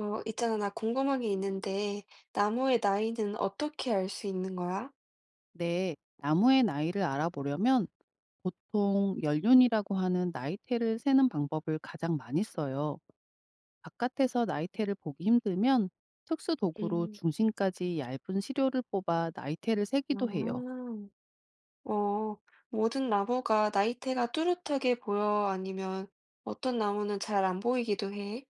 있잖아, 나 궁금한 게 있는데, 나무의 나이는 어떻게 알 수 있는 거야? 네, 나무의 나이를 알아보려면 보통 연륜이라고 하는 나이테를 세는 방법을 가장 많이 써요. 바깥에서 나이테를 보기 힘들면 특수 도구로 음, 중심까지 얇은 시료를 뽑아 나이테를 세기도 해요. 아, 어, 모든 나무가 나이테가 뚜렷하게 보여? 아니면 어떤 나무는 잘 안 보이기도 해?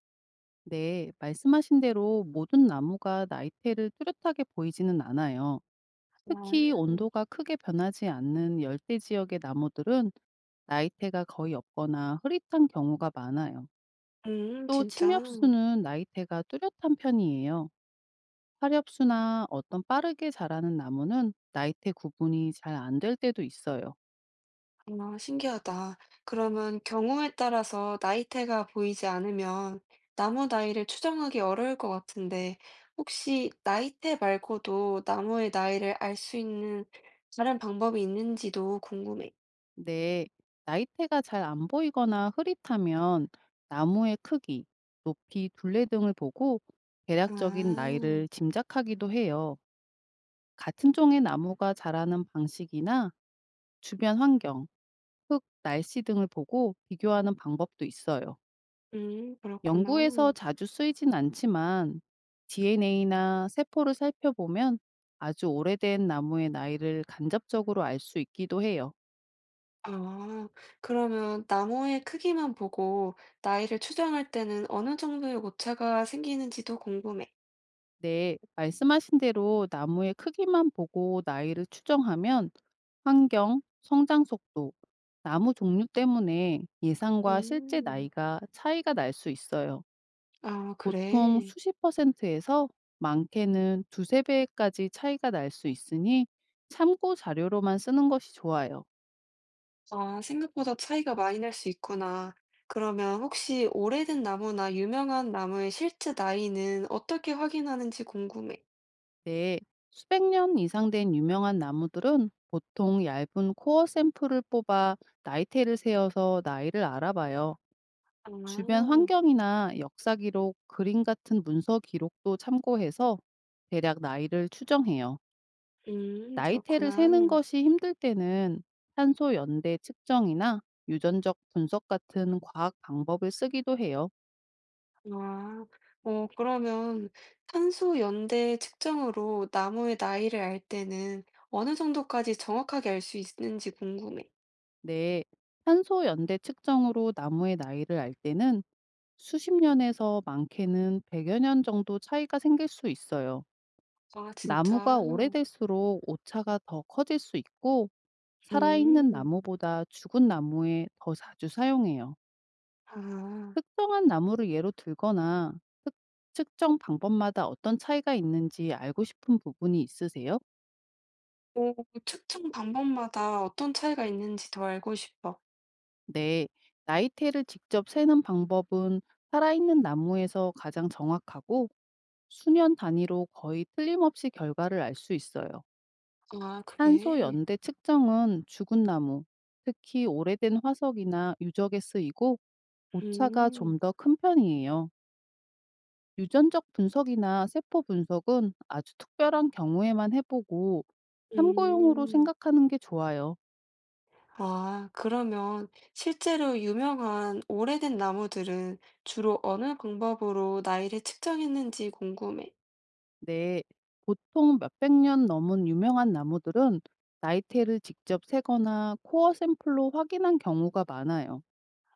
네, 말씀하신 대로 모든 나무가 나이테를 뚜렷하게 보이지는 않아요. 특히 아. 온도가 크게 변하지 않는 열대 지역의 나무들은 나이테가 거의 없거나 흐릿한 경우가 많아요. 또 진짜. 침엽수는 나이테가 뚜렷한 편이에요. 화렵수나 어떤 빠르게 자라는 나무는 나이테 구분이 잘 안 될 때도 있어요. 아 신기하다. 그러면 경우에 따라서 나이테가 보이지 않으면 나무 나이를 추정하기 어려울 것 같은데 혹시 나이테 말고도 나무의 나이를 알 수 있는 다른 방법이 있는지도 궁금해. 근데 나이테가 잘 안 보이거나 흐릿하면 나무의 크기, 높이, 둘레 등을 보고 아. 대략적인 나이를 짐작하기도 해요. 같은 종의 나무가 자라는 방식이나 주변 환경, 흙, 날씨 등을 보고 비교하는 방법도 있어요. 그렇구나. 연구에서 자주 쓰이진 않지만 DNA나 세포를 살펴보면 아주 오래된 나무의 나이를 간접적으로 알 수 있기도 해요. 아 그러면 나무의 크기만 보고 나이를 추정할 때는 어느 정도의 오차가 생기는지도 궁금해. 네, 말씀하신 대로 나무의 크기만 보고 나이를 추정하면 환경, 성장 속도, 나무 종류 때문에 예상과 실제 음. 나이가 차이가 날 수 있어요. 아 보통 그래. 수십 퍼센트에서 많게는 두세 배까지 차이가 날 수 있으니 참고 자료로만 쓰는 것이 좋아요. 아, 생각보다 차이가 많이 날 수 있구나. 그러면 혹시 오래된 나무나 유명한 나무의 실제 나이는 어떻게 확인하는지 궁금해. 네, 수백 년 이상 된 유명한 나무들은 보통 얇은 코어 샘플을 뽑아 나이테를 세어서 나이를 알아봐요. 아, 주변 환경이나 역사 기록, 그림 같은 문서 기록도 참고해서 대략 나이를 추정해요. 나이테를 그렇구나. 세는 것이 힘들 때는 탄소 연대 측정이나 유전적 분석 같은 과학 방법을 쓰기도 해요. 아, 그러면 탄소 연대 측정으로 나무의 나이를 알 때는 어느 정도까지 정확하게 알 수 있는지 궁금해. 네, 탄소 연대 측정으로 나무의 나이를 알 때는 수십 년에서 많게는 100여 년 정도 차이가 생길 수 있어요. 아, 진짜. 나무가 오래될수록 오차가 더 커질 수 있고, 살아있는 음, 나무보다 죽은 나무에 더 자주 사용해요. 아, 특정한 나무를 예로 들거나 특, 측정 방법마다 어떤 차이가 있는지 알고 싶은 부분이 있으세요? 오, 측정 방법마다 어떤 차이가 있는지 더 알고 싶어. 네, 나이테를 직접 세는 방법은 살아있는 나무에서 가장 정확하고 수년 단위로 거의 틀림없이 결과를 알 수 있어요. 아, 탄소 그래. 연대 측정은 죽은 나무, 특히 오래된 화석이나 유적에 쓰이고 오차가 좀 음. 더 큰 편이에요. 유전적 분석이나 세포 분석은 아주 특별한 경우에만 해보고 참고용으로 음. 생각하는 게 좋아요. 아 그러면 실제로 유명한 오래된 나무들은 주로 어느 방법으로 나이를 측정했는지 궁금해. 네, 보통 몇백 년 넘은 유명한 나무들은 나이테를 직접 세거나 코어 샘플로 확인한 경우가 많아요.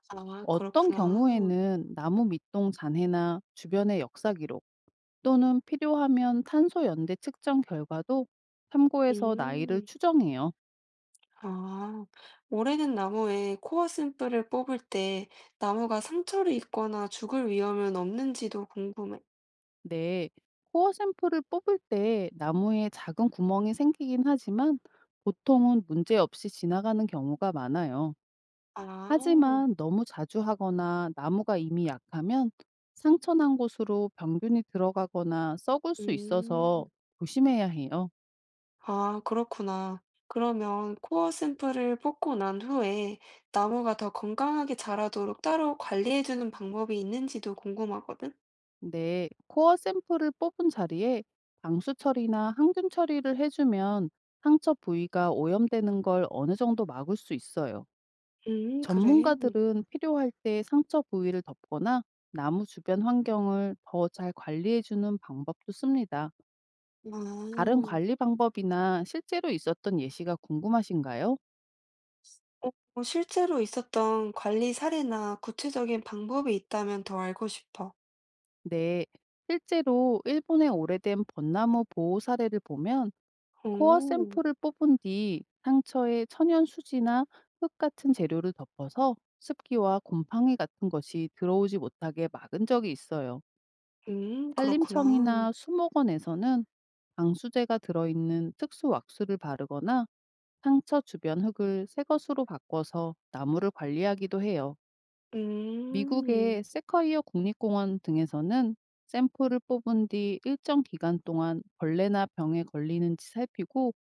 아 어떤 그렇구나. 경우에는 나무 밑동 잔해나 주변의 역사 기록, 또는 필요하면 탄소 연대 측정 결과도 참고해서 나이를 음. 추정해요. 아. 오래된 나무에 코어 샘플을 뽑을 때 나무가 상처를 입거나 죽을 위험은 없는지도 궁금해. 네, 코어 샘플을 뽑을 때 나무에 작은 구멍이 생기긴 하지만 보통은 문제 없이 지나가는 경우가 많아요. 아. 하지만 너무 자주 하거나 나무가 이미 약하면 상처 난 곳으로 병균이 들어가거나 썩을 수 있어서 음. 조심해야 해요. 아, 그렇구나. 그러면 코어 샘플을 뽑고 난 후에 나무가 더 건강하게 자라도록 따로 관리해주는 방법이 있는지도 궁금하거든? 네, 코어 샘플을 뽑은 자리에 방수 처리나 항균 처리를 해주면 상처 부위가 오염되는 걸 어느 정도 막을 수 있어요. 그래. 전문가들은 필요할 때 상처 부위를 덮거나 나무 주변 환경을 더 잘 관리해주는 방법도 씁니다. 다른 아, 관리 방법이나 실제로 있었던 예시가 궁금하신가요? 어, 실제로 있었던 관리 사례나 구체적인 방법이 있다면 더 알고 싶어. 네, 실제로 일본의 오래된 벚나무 보호 사례를 보면 코어 오, 샘플을 뽑은 뒤 상처에 천연 수지나 흙 같은 재료를 덮어서 습기와 곰팡이 같은 것이 들어오지 못하게 막은 적이 있어요. 그렇구나. 산림청이나 수목원에서는 방수제가 들어있는 특수 왁스를 바르거나 상처 주변 흙을 새 것으로 바꿔서 나무를 관리하기도 해요. 음, 미국의 세커이어 국립공원 등에서는 샘플을 뽑은 뒤 일정 기간 동안 벌레나 병에 걸리는지 살피고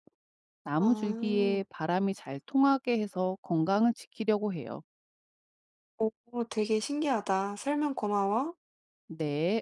나무 아, 줄기에 바람이 잘 통하게 해서 건강을 지키려고 해요. 오, 되게 신기하다. 설명 고마워. 네.